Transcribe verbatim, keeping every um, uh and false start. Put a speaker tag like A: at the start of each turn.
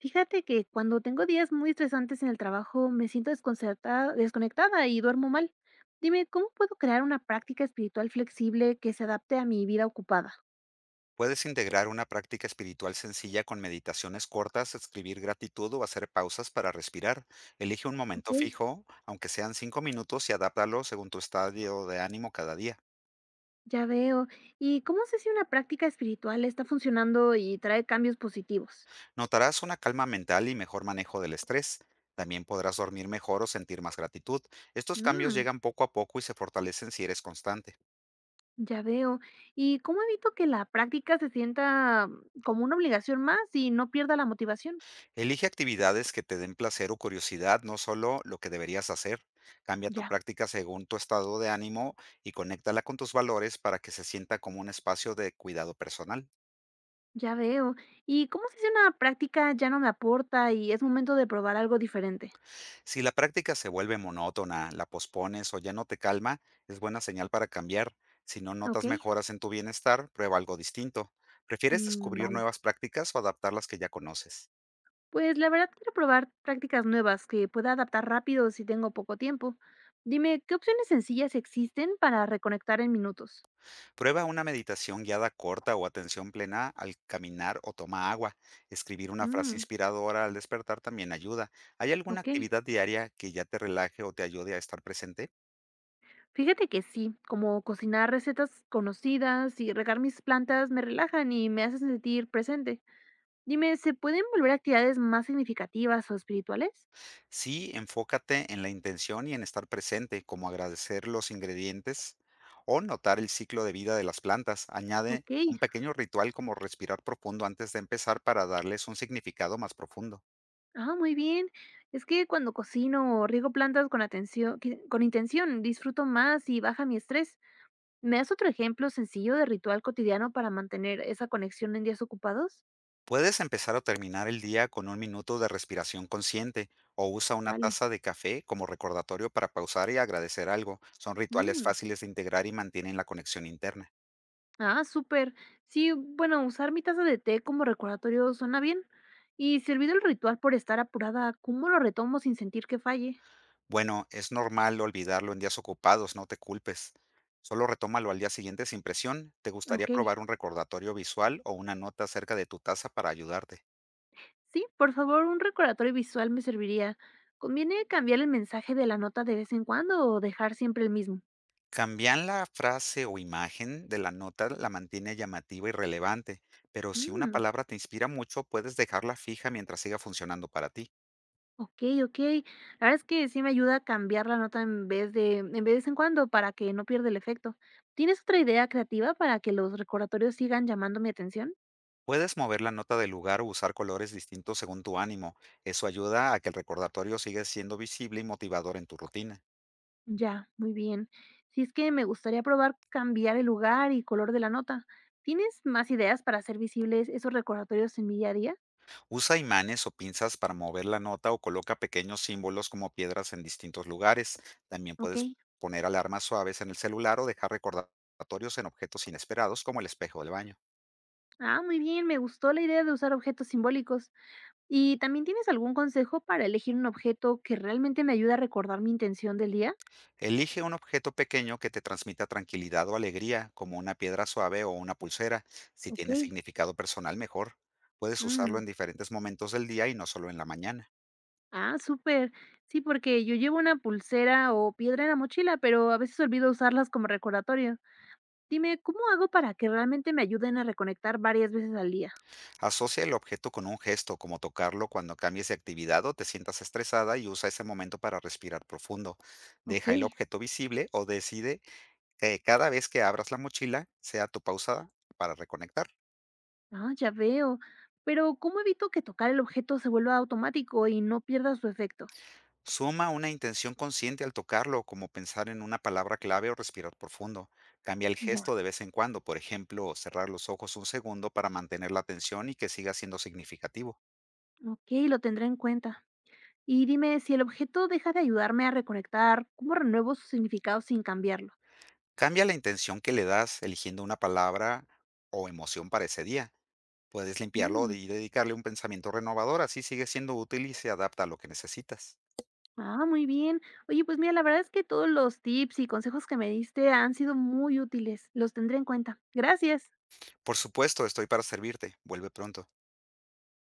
A: Fíjate que cuando tengo días muy estresantes en el trabajo, me siento desconcertada, desconectada y duermo mal. Dime, ¿cómo puedo crear una práctica espiritual flexible que se adapte a mi vida ocupada?
B: Puedes integrar una práctica espiritual sencilla con meditaciones cortas, escribir gratitud o hacer pausas para respirar. Elige un
A: Ok,
B: momento fijo, aunque sean cinco minutos, y adáptalo según tu estadio de ánimo cada día.
A: ya veo. ¿Y cómo sé si una práctica espiritual está funcionando y trae cambios positivos?
B: Notarás una calma mental y mejor manejo del estrés. También podrás dormir mejor o sentir más gratitud. Estos cambios
A: Mm,
B: llegan poco a poco y se fortalecen si eres constante.
A: ya veo. ¿Y cómo evito que la práctica se sienta mm, como una obligación más y no pierda la motivación?
B: Elige actividades que te den placer o curiosidad, no solo lo que deberías hacer. Cambia tu
A: Ya,
B: práctica según tu estado de ánimo y conéctala con tus valores para que se sienta como un espacio de cuidado personal.
A: ya veo. ¿Y cómo sé si una práctica ya no me aporta y es momento de probar algo diferente?
B: Si la práctica se vuelve monótona, la pospones o ya no te calma, es buena señal para cambiar. Si no notas
A: Okey,
B: mejoras en tu bienestar, prueba algo distinto. ¿Prefieres
A: mm,
B: descubrir
A: vale.
B: nuevas prácticas o adaptar las que ya conoces?
A: Pues, la verdad quiero probar prácticas nuevas que pueda adaptar rápido si tengo poco tiempo. Dime, ¿qué opciones sencillas existen para reconectar en minutos?
B: Prueba una meditación guiada corta o atención plena al caminar o toma agua. Escribir una frase
A: Mm,
B: inspiradora al despertar también ayuda. ¿Hay alguna
A: okey.
B: actividad diaria que ya te relaje o te ayude a estar presente?
A: Fíjate que sí, como cocinar recetas conocidas y regar mis plantas me relajan y me hacen sentir presente. Dime, ¿se pueden volver actividades más significativas o espirituales?
B: Sí, enfócate en la intención y en estar presente, como agradecer los ingredientes o notar el ciclo de vida de las plantas. Añade
A: Okey.
B: un pequeño ritual como respirar profundo antes de empezar para darles un significado más profundo.
A: Ah, muy bien. Es que cuando cocino o riego plantas con atención con intención, disfruto más y baja mi estrés. ¿Me das otro ejemplo sencillo de ritual cotidiano para mantener esa conexión en días ocupados?
B: Puedes empezar o terminar el día con un minuto de respiración consciente o usa una
A: Vale.
B: taza de café como recordatorio para pausar y agradecer algo. Son rituales
A: Mm.
B: fáciles de integrar y mantienen la conexión interna.
A: Ah, súper. Sí, bueno, usar mi taza de té como recordatorio suena bien. Y si olvido el ritual por estar apurada, ¿cómo lo retomo sin sentir que falle?
B: Bueno, es normal olvidarlo en días ocupados, no te culpes. Solo retómalo al día siguiente sin presión. ¿Te gustaría
A: Ok.
B: probar un recordatorio visual o una nota cerca de tu taza para ayudarte?
A: Sí, por favor, un recordatorio visual me serviría. ¿Conviene cambiar el mensaje de la nota de vez en cuando o dejar siempre el mismo?
B: Cambiar la frase o imagen de la nota la mantiene llamativa y relevante, pero si una
A: Mm.
B: palabra te inspira mucho, puedes dejarla fija mientras siga funcionando para ti.
A: Okey, okey. La verdad es que sí me ayuda a cambiar la nota en vez de en vez en cuando para que no pierda el efecto. ¿Tienes otra idea creativa para que los recordatorios sigan llamando mi atención?
B: Puedes mover la nota del lugar o usar colores distintos según tu ánimo. Eso ayuda a que el recordatorio siga siendo visible y motivador en tu rutina.
A: Ya, muy bien. Si es que me gustaría probar cambiar el lugar y color de la nota. ¿Tienes más ideas para hacer visibles esos recordatorios en mi día a día?
B: Usa imanes o pinzas para mover la nota o coloca pequeños símbolos como piedras en distintos lugares. También puedes
A: Okey.
B: poner alarmas suaves en el celular o dejar recordatorios en objetos inesperados como el espejo del baño.
A: Ah, muy bien, me gustó la idea de usar objetos simbólicos. ¿Y también tienes algún consejo para elegir un objeto que realmente me ayude a recordar mi intención del día?
B: Elige un objeto pequeño que te transmita tranquilidad o alegría, como una piedra suave o una pulsera. Si tiene
A: Okey,
B: significado personal, mejor. Puedes usarlo
A: mm.
B: en diferentes momentos del día y no solo en la mañana.
A: Ah, súper. Sí, porque yo llevo una pulsera o piedra en la mochila, pero a veces olvido usarlas como recordatorio. Dime, ¿cómo hago para que realmente me ayuden a reconectar varias veces al día?
B: Asocia el objeto con un gesto, como tocarlo cuando cambies de actividad o te sientas estresada y usa ese momento para respirar profundo.
A: Ok,
B: Deja el objeto visible o decide que cada vez que abras la mochila sea tu pausa para reconectar.
A: ah, ya veo. Pero ¿cómo evito que tocar el objeto se vuelva automático y no pierda su efecto?
B: Suma una intención consciente al tocarlo, como pensar en una palabra clave o respirar profundo. Cambia el
A: Ya,
B: gesto de vez en cuando, por ejemplo, cerrar los ojos un segundo para mantener la atención y que siga siendo significativo.
A: ok, lo tendré en cuenta. Y dime, si el objeto deja de ayudarme a reconectar, ¿cómo renuevo su significado sin cambiarlo?
B: Cambia la intención que le das eligiendo una palabra o emoción para ese día. Puedes limpiarlo
A: Mm.
B: y dedicarle un pensamiento renovador, así sigue siendo útil y se adapta a lo que necesitas.
A: Ah, muy bien. Oye, pues mira, la verdad es que todos los tips y consejos que me diste han sido muy útiles. Los tendré en cuenta. Gracias.
B: Por supuesto, estoy para servirte. Vuelve pronto.